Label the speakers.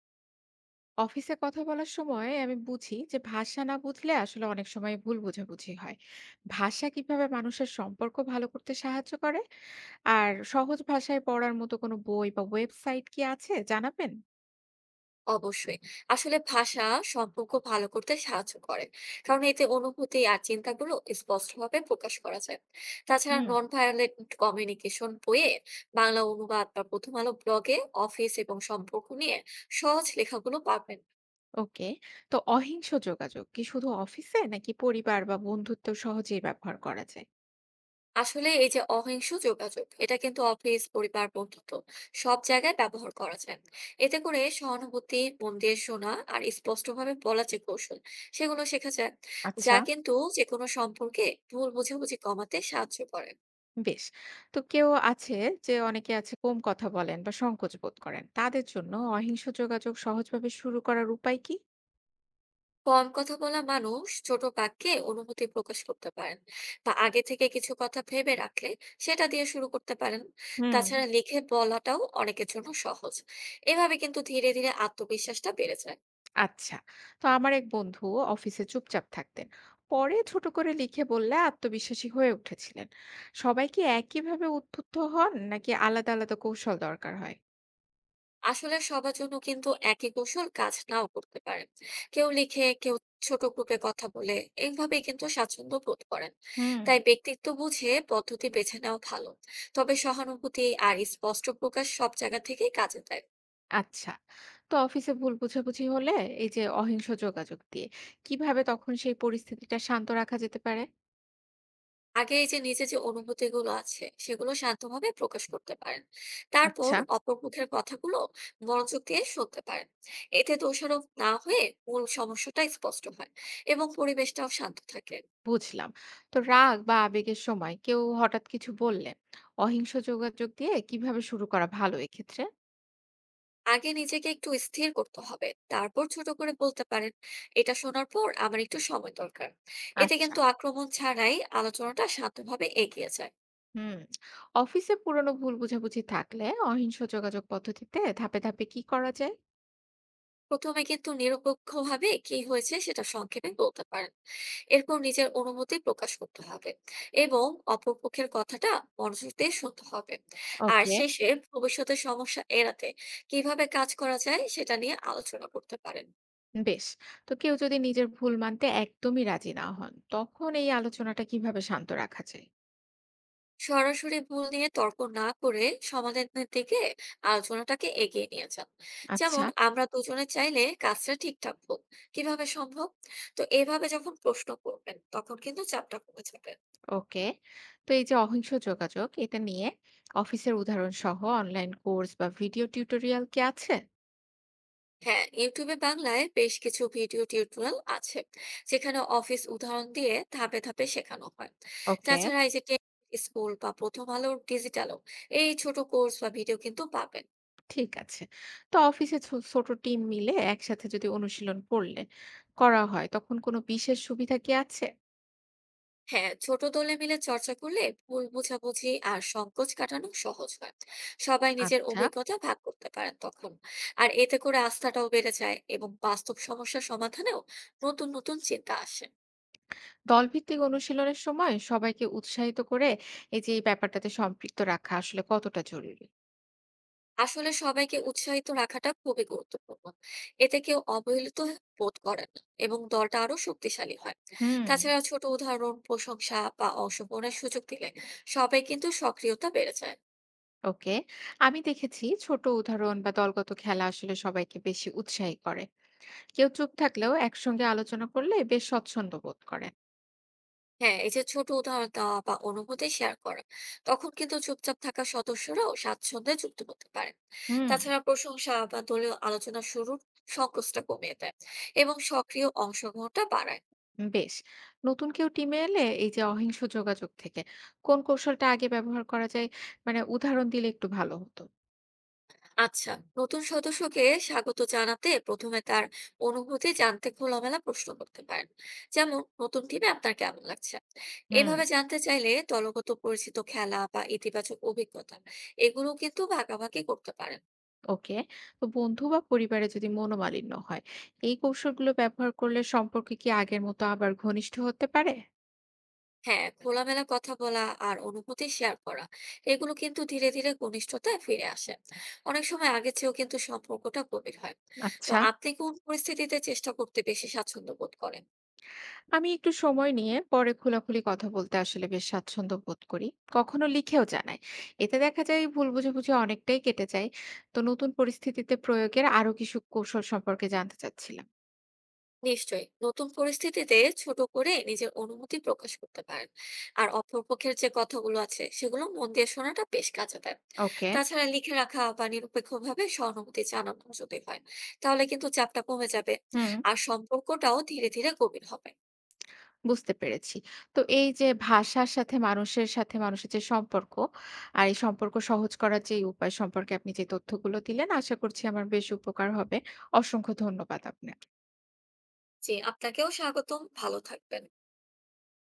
Speaker 1: অফিসে কথা বলার সময় আমি বুঝি যে ভাষা না বুঝলে আসলে অনেক সময় ভুল বোঝাবুঝি হয়। ভাষা কিভাবে মানুষের সম্পর্ক ভালো করতে সাহায্য করে? আর সহজ ভাষায় পড়ার মতো কোনো বই বা ওয়েবসাইট কি আছে, জানাবেন।
Speaker 2: অবশ্যই। আসলে ভাষা সম্পর্ক ভালো করতে সাহায্য করে। কারণ এতে অনুভূতি আর চিন্তাগুলো স্পষ্টভাবে প্রকাশ করা যায়। তাছাড়া
Speaker 1: হুম।
Speaker 2: নন ভায়োলেন্ট কমিউনিকেশন বইয়ে বাংলা অনুবাদ বা প্রথম আলো ব্লগে অফিস এবং সম্পর্ক নিয়ে সহজ লেখাগুলো পাবেন।
Speaker 1: ওকে। তো অহিংস যোগাযোগ কি শুধু অফিসে, নাকি পরিবার বা বন্ধুত্ব সহজেই ব্যবহার করা যায়?
Speaker 2: আসলে এই যে অহিংস যোগাযোগ, এটা কিন্তু অফিস, পরিবার, বন্ধুত্ব সব জায়গায় ব্যবহার করা যায়। এতে করে সহানুভূতি, মন দিয়ে শোনা আর স্পষ্টভাবে বলা যে কৌশল, সেগুলো শেখা যায়,
Speaker 1: আচ্ছা।
Speaker 2: যা কিন্তু যে কোনো সম্পর্কে ভুল বোঝাবুঝি কমাতে সাহায্য করে।
Speaker 1: বেশ। তো কেউ আছে, যে অনেকে আছে কম কথা বলেন বা সংকোচ বোধ করেন, তাদের জন্য অহিংস যোগাযোগ সহজভাবে শুরু করার উপায় কি?
Speaker 2: কম কথা বলা মানুষ ছোট বাক্যে অনুভূতি প্রকাশ করতে পারেন, বা আগে থেকে কিছু কথা ভেবে রাখলে সেটা দিয়ে শুরু করতে পারেন।
Speaker 1: হুম।
Speaker 2: তাছাড়া লিখে বলাটাও অনেকের জন্য সহজ। এভাবে কিন্তু ধীরে ধীরে আত্মবিশ্বাসটা বেড়ে যায়।
Speaker 1: আচ্ছা। তো আমার এক বন্ধু অফিসে চুপচাপ থাকতেন, পরে ছোট করে লিখে বললে আত্মবিশ্বাসী হয়ে উঠেছিলেন। সবাই কি একইভাবে উদ্বুদ্ধ হন, নাকি আলাদা আলাদা কৌশল দরকার হয়?
Speaker 2: আসলে সবার জন্য কিন্তু একই কৌশল কাজ নাও করতে পারে। কেউ লিখে, কেউ ছোট গ্রুপে কথা বলে এইভাবেই কিন্তু স্বাচ্ছন্দ্য বোধ করেন।
Speaker 1: হুম।
Speaker 2: তাই ব্যক্তিত্ব বুঝে পদ্ধতি বেছে নেওয়া ভালো, তবে সহানুভূতি আর স্পষ্ট প্রকাশ সব জায়গা থেকেই কাজে দেয়।
Speaker 1: আচ্ছা। তো অফিসে ভুল বোঝাবুঝি হলে এই যে অহিংস যোগাযোগ দিয়ে কিভাবে তখন সেই পরিস্থিতিটা শান্ত রাখা যেতে পারে?
Speaker 2: আগে এই যে নিজে যে অনুভূতি গুলো আছে সেগুলো শান্তভাবে প্রকাশ করতে পারেন, তারপর
Speaker 1: আচ্ছা।
Speaker 2: অপর মুখের কথাগুলো মনোযোগ দিয়ে শুনতে পারেন। এতে দোষারোপ না হয়ে মূল সমস্যাটা স্পষ্ট হয় এবং পরিবেশটাও শান্ত থাকে।
Speaker 1: বুঝলাম। তো রাগ বা আবেগের সময় কেউ হঠাৎ কিছু বললে অহিংস যোগাযোগ দিয়ে কিভাবে শুরু করা ভালো এক্ষেত্রে?
Speaker 2: আগে নিজেকে একটু স্থির করতে হবে, তারপর ছোট করে বলতে পারেন, এটা শোনার পর আমার একটু সময় দরকার। এতে
Speaker 1: আচ্ছা।
Speaker 2: কিন্তু আক্রমণ ছাড়াই আলোচনাটা শান্তভাবে এগিয়ে যায়।
Speaker 1: হুম। অফিসে পুরনো ভুল বোঝাবুঝি থাকলে অহিংস যোগাযোগ পদ্ধতিতে ধাপে ধাপে কি করা যায়?
Speaker 2: প্রথমে কিন্তু নিরপেক্ষ ভাবে কি হয়েছে সেটা সংক্ষেপে বলতে পারেন, এরপর নিজের অনুভূতি প্রকাশ করতে হবে এবং অপরপক্ষের কথাটা মনোযোগ দিয়ে শুনতে হবে। আর
Speaker 1: ওকে।
Speaker 2: শেষে ভবিষ্যতে সমস্যা এড়াতে কিভাবে কাজ করা যায় সেটা নিয়ে আলোচনা করতে পারেন।
Speaker 1: বেশ। তো কেউ যদি নিজের ভুল মানতে একদমই রাজি না হন, তখন এই আলোচনাটা কিভাবে শান্ত রাখা যায়?
Speaker 2: সরাসরি ভুল নিয়ে তর্ক না করে সমাধানের দিকে আলোচনাটাকে এগিয়ে নিয়ে যান। যেমন,
Speaker 1: আচ্ছা।
Speaker 2: আমরা দুজনে চাইলে কাজটা ঠিকঠাক হোক, কিভাবে সম্ভব। তো এভাবে যখন প্রশ্ন করবেন তখন কিন্তু চাপটা কমে যাবে।
Speaker 1: ওকে। তো এই যে অহিংস যোগাযোগ, এটা নিয়ে অফিসের উদাহরণ সহ অনলাইন কোর্স বা ভিডিও টিউটোরিয়াল কি আছে?
Speaker 2: হ্যাঁ, ইউটিউবে বাংলায় বেশ কিছু ভিডিও টিউটোরিয়াল আছে, যেখানে অফিস উদাহরণ দিয়ে ধাপে ধাপে শেখানো হয়।
Speaker 1: ওকে।
Speaker 2: তাছাড়া এই যে স্কুল বা প্রথম আলোর ডিজিটালও, এই ছোট কোর্স বা ভিডিও কিন্তু পাবেন।
Speaker 1: ঠিক আছে। তো অফিসে ছোট টিম মিলে একসাথে যদি অনুশীলন করলে করা হয়, তখন কোনো বিশেষ সুবিধা কি আছে?
Speaker 2: হ্যাঁ, ছোট দলে মিলে চর্চা করলে ভুল বোঝাবুঝি আর সংকোচ কাটানো সহজ হয়। সবাই নিজের
Speaker 1: আচ্ছা।
Speaker 2: অভিজ্ঞতা ভাগ করতে পারেন তখন। আর এতে করে আস্থাটাও বেড়ে যায় এবং বাস্তব সমস্যা সমাধানেও নতুন নতুন চিন্তা আসে।
Speaker 1: দলভিত্তিক অনুশীলনের সময় সবাইকে উৎসাহিত করে, এই যে এই ব্যাপারটাতে সম্পৃক্ত রাখা আসলে কতটা জরুরি?
Speaker 2: আসলে সবাইকে উৎসাহিত রাখাটা খুবই গুরুত্বপূর্ণ। এতে কেউ অবহেলিত বোধ করেন না এবং দলটা আরো শক্তিশালী হয়।
Speaker 1: হুম।
Speaker 2: তাছাড়া ছোট উদাহরণ, প্রশংসা বা অংশগ্রহণের সুযোগ দিলে সবাই কিন্তু সক্রিয়তা বেড়ে যায়।
Speaker 1: ওকে। আমি দেখেছি ছোট উদাহরণ বা দলগত খেলা আসলে সবাইকে বেশি উৎসাহী করে। কেউ চুপ থাকলেও একসঙ্গে আলোচনা করলে বেশ স্বচ্ছন্দ বোধ করে।
Speaker 2: হ্যাঁ, এই যে ছোট উদাহরণ দেওয়া বা অনুভূতি শেয়ার করা, তখন কিন্তু চুপচাপ থাকা সদস্যরাও স্বাচ্ছন্দ্যে যুক্ত হতে পারেন।
Speaker 1: হুম।
Speaker 2: তাছাড়া প্রশংসা বা দলীয় আলোচনা শুরুর সংকোচটা কমিয়ে দেয় এবং সক্রিয় অংশগ্রহণটা বাড়ায়।
Speaker 1: বেশ। নতুন কেউ টিমে এলে এই যে অহিংস যোগাযোগ থেকে কোন কৌশলটা আগে ব্যবহার করা যায়? মানে উদাহরণ দিলে একটু ভালো হতো।
Speaker 2: আচ্ছা, নতুন সদস্যকে স্বাগত জানাতে প্রথমে তার অনুভূতি জানতে খোলামেলা প্রশ্ন করতে পারেন, যেমন, নতুন টিমে আপনার কেমন লাগছে।
Speaker 1: হুম।
Speaker 2: এভাবে জানতে চাইলে দলগত পরিচিত খেলা বা ইতিবাচক অভিজ্ঞতা, এগুলো কিন্তু ভাগাভাগি করতে পারেন।
Speaker 1: ওকে। তো বন্ধু বা পরিবারে যদি মনোমালিন্য হয়, এই কৌশলগুলো ব্যবহার করলে সম্পর্ক কি আগের মতো আবার ঘনিষ্ঠ হতে পারে?
Speaker 2: হ্যাঁ, খোলামেলা কথা বলা আর অনুভূতি শেয়ার করা, এগুলো কিন্তু ধীরে ধীরে ঘনিষ্ঠতায় ফিরে আসে। অনেক সময় আগের চেয়েও কিন্তু সম্পর্কটা গভীর হয়। তো
Speaker 1: আচ্ছা।
Speaker 2: আপনি কোন পরিস্থিতিতে চেষ্টা করতে বেশি স্বাচ্ছন্দ্য বোধ করেন?
Speaker 1: আমি একটু সময় নিয়ে পরে খোলাখুলি কথা বলতে আসলে বেশ স্বাচ্ছন্দ্য বোধ করি। কখনো লিখেও জানাই। এতে দেখা যায় ভুল বোঝাবুঝি অনেকটাই কেটে যায়। তো নতুন পরিস্থিতিতে প্রয়োগের আরো কিছু কৌশল সম্পর্কে জানতে চাচ্ছিলাম।
Speaker 2: নিশ্চয়ই, নতুন পরিস্থিতিতে ছোট করে নিজের অনুভূতি প্রকাশ করতে পারেন। আর অপরপক্ষের যে কথাগুলো আছে সেগুলো মন দিয়ে শোনাটা বেশ কাজে দেয়।
Speaker 1: ওকে।
Speaker 2: তাছাড়া লিখে রাখা বা নিরপেক্ষভাবে সহানুভূতি জানানো যদি হয় তাহলে কিন্তু চাপটা কমে যাবে
Speaker 1: হুম।
Speaker 2: আর সম্পর্কটাও ধীরে ধীরে গভীর হবে।
Speaker 1: বুঝতে পেরেছি। তো এই যে ভাষার সাথে মানুষের সাথে মানুষের যে সম্পর্ক, আর এই সম্পর্ক সহজ করার যে উপায় সম্পর্কে আপনি যে তথ্যগুলো দিলেন, আশা করছি আমার বেশ উপকার হবে। অসংখ্য ধন্যবাদ আপনা
Speaker 2: জি, আপনাকেও স্বাগতম। ভালো থাকবেন।